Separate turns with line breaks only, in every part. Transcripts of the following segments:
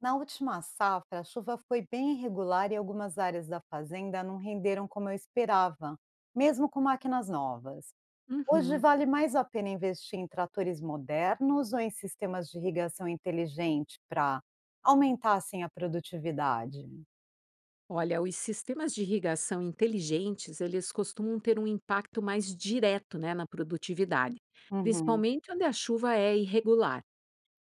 Na última safra, a chuva foi bem irregular e algumas áreas da fazenda não renderam como eu esperava, mesmo com máquinas novas. Hoje
Uhum.
vale mais a pena investir em tratores modernos ou em sistemas de irrigação inteligente para aumentar assim a produtividade?
Olha, os sistemas de irrigação inteligentes, eles costumam ter um impacto mais direto, né, na produtividade,
Uhum.
principalmente onde a chuva é irregular.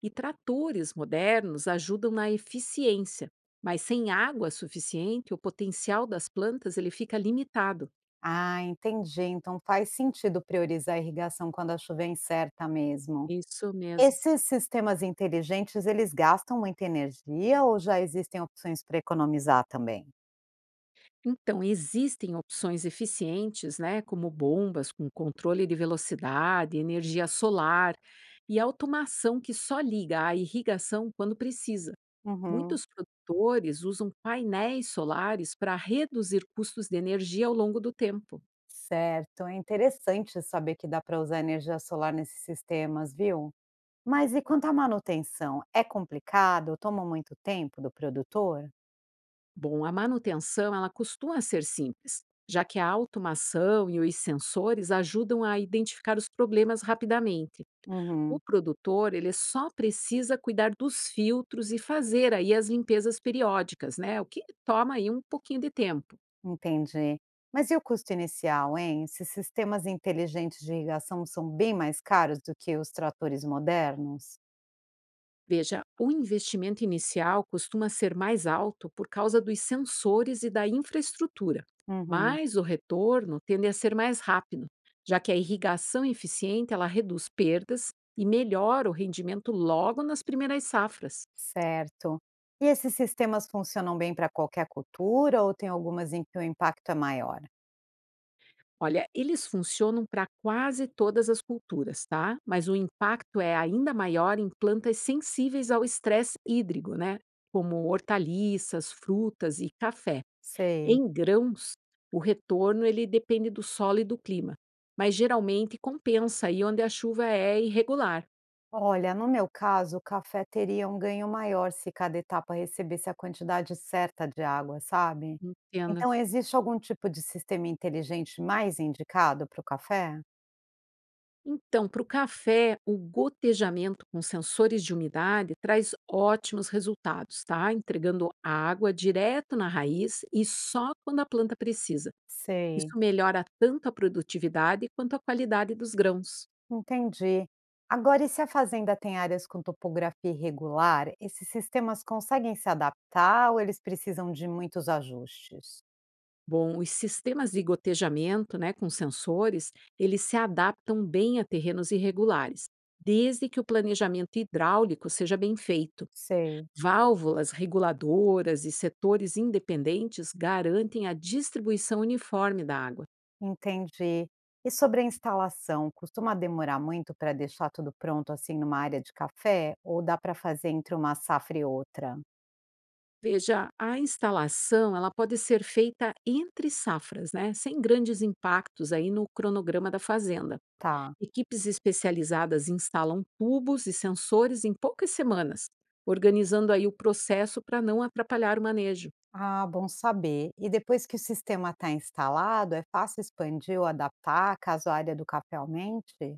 E tratores modernos ajudam na eficiência, mas sem água suficiente, o potencial das plantas ele fica limitado.
Ah, entendi. Então faz sentido priorizar a irrigação quando a chuva é incerta mesmo.
Isso mesmo.
Esses sistemas inteligentes, eles gastam muita energia ou já existem opções para economizar também?
Então, existem opções eficientes, né, como bombas com controle de velocidade, energia solar e automação que só liga à irrigação quando precisa.
Uhum,
Muitos produtores usam painéis solares para reduzir custos de energia ao longo do tempo.
certo. É interessante saber que dá para usar energia solar nesses sistemas, viu? Mas e quanto à manutenção? É complicado? Toma muito tempo do produtor?
Bom, a manutenção ela costuma ser simples, já que a automação e os sensores ajudam a identificar os problemas rapidamente. O
Uhum,
produtor, ele só precisa cuidar dos filtros e fazer aí as limpezas periódicas, né? O que toma aí um pouquinho de tempo.
entendi. Mas e o custo inicial, hein? Esses sistemas inteligentes de irrigação são bem mais caros do que os tratores modernos?
Veja, o investimento inicial costuma ser mais alto por causa dos sensores e da infraestrutura,
Uhum,
mas o retorno tende a ser mais rápido, já que a irrigação eficiente, ela reduz perdas e melhora o rendimento logo nas primeiras safras.
certo. E esses sistemas funcionam bem para qualquer cultura ou tem algumas em que o impacto é maior?
Olha, eles funcionam para quase todas as culturas, tá? Mas o impacto é ainda maior em plantas sensíveis ao estresse hídrico, né? Como hortaliças, frutas e café.
Sei.
Em grãos, o retorno ele depende do solo e do clima, mas geralmente compensa aí onde a chuva é irregular.
Olha, no meu caso, o café teria um ganho maior se cada etapa recebesse a quantidade certa de água, sabe?
Entenda.
Então, existe algum tipo de sistema inteligente mais indicado para o café?
Então, para o café, o gotejamento com sensores de umidade traz ótimos resultados, tá? Entregando água direto na raiz e só quando a planta precisa.
Sei.
Isso melhora tanto a produtividade quanto a qualidade dos grãos.
Entendi. Agora, e se a fazenda tem áreas com topografia irregular, esses sistemas conseguem se adaptar ou eles precisam de muitos ajustes?
Bom, os sistemas de gotejamento, né, com sensores, eles se adaptam bem a terrenos irregulares, desde que o planejamento hidráulico seja bem feito.
Sei.
Válvulas reguladoras e setores independentes garantem a distribuição uniforme da água.
Entendi. E sobre a instalação, costuma demorar muito para deixar tudo pronto assim numa área de café? Ou dá para fazer entre uma safra e outra?
Veja, a instalação ela pode ser feita entre safras, né, sem grandes impactos aí no cronograma da fazenda.
Tá.
Equipes especializadas instalam tubos e sensores em poucas semanas, organizando aí o processo para não atrapalhar o manejo.
Ah, bom saber. E depois que o sistema está instalado, é fácil expandir ou adaptar caso a área do café aumente?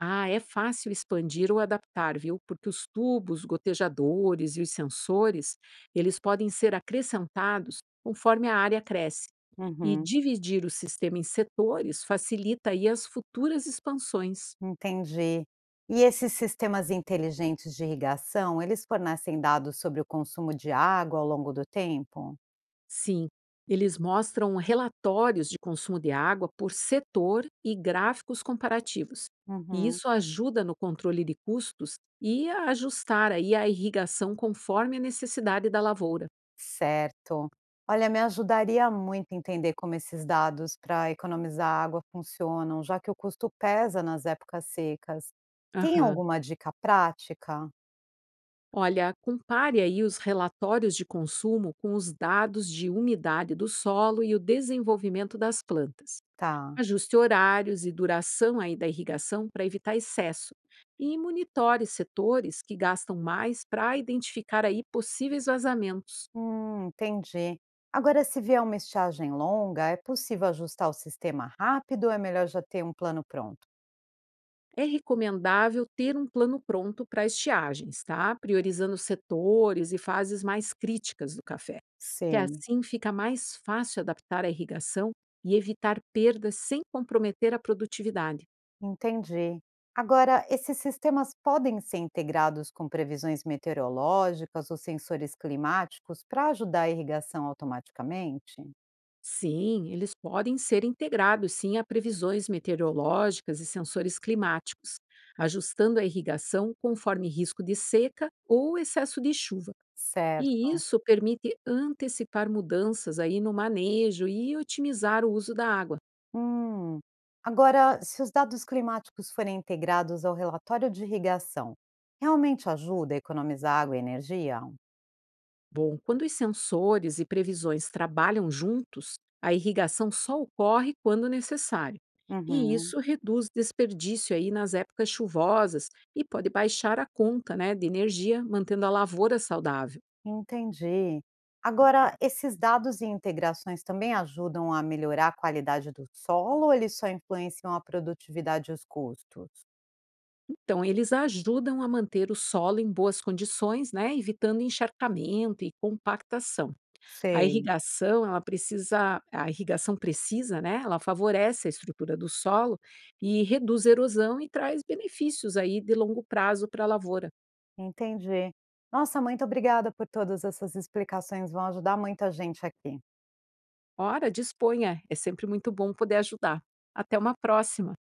Ah, é fácil expandir ou adaptar, viu? Porque os tubos, gotejadores e os sensores, eles podem ser acrescentados conforme a área cresce. E
Uhum,
dividir o sistema em setores facilita aí as futuras expansões.
entendi. E esses sistemas inteligentes de irrigação, eles fornecem dados sobre o consumo de água ao longo do tempo?
Sim, eles mostram relatórios de consumo de água por setor e gráficos comparativos. E
Uhum.
isso ajuda no controle de custos e a ajustar aí a irrigação conforme a necessidade da lavoura.
Certo. Olha, me ajudaria muito entender como esses dados para economizar água funcionam, já que o custo pesa nas épocas secas. Tem
Aham.
alguma dica prática?
Olha, compare aí os relatórios de consumo com os dados de umidade do solo e o desenvolvimento das plantas.
Tá.
Ajuste horários e duração aí da irrigação para evitar excesso. E monitore setores que gastam mais para identificar aí possíveis vazamentos.
Entendi. Agora, se vier uma estiagem longa, é possível ajustar o sistema rápido ou é melhor já ter um plano pronto?
É recomendável ter um plano pronto para estiagens, tá? Priorizando setores e fases mais críticas do café, que
Sim.
assim fica mais fácil adaptar a irrigação e evitar perdas sem comprometer a produtividade.
Entendi. Agora, esses sistemas podem ser integrados com previsões meteorológicas ou sensores climáticos para ajudar a irrigação automaticamente?
Sim, eles podem ser integrados sim a previsões meteorológicas e sensores climáticos, ajustando a irrigação conforme risco de seca ou excesso de chuva. E
Certo.
isso permite antecipar mudanças aí no manejo e otimizar o uso da água.
Hum. Agora, se os dados climáticos forem integrados ao relatório de irrigação, realmente ajuda a economizar água e energia?
Bom, quando os sensores e previsões trabalham juntos, a irrigação só ocorre quando necessário. E
Uhum,
isso reduz desperdício aí nas épocas chuvosas e pode baixar a conta né, de energia, mantendo a lavoura saudável.
entendi. Agora, esses dados e integrações também ajudam a melhorar a qualidade do solo ou eles só influenciam a produtividade e os custos?
Então, eles ajudam a manter o solo em boas condições, né, evitando encharcamento e compactação. A
Sei,
irrigação, ela precisa a irrigação precisa, né, ela favorece a estrutura do solo e reduz a erosão e traz benefícios aí de longo prazo para a lavoura.
entendi. Nossa, muito obrigada por todas essas explicações, vão ajudar muita gente aqui.
Ora, disponha, é sempre muito bom poder ajudar. Até uma próxima.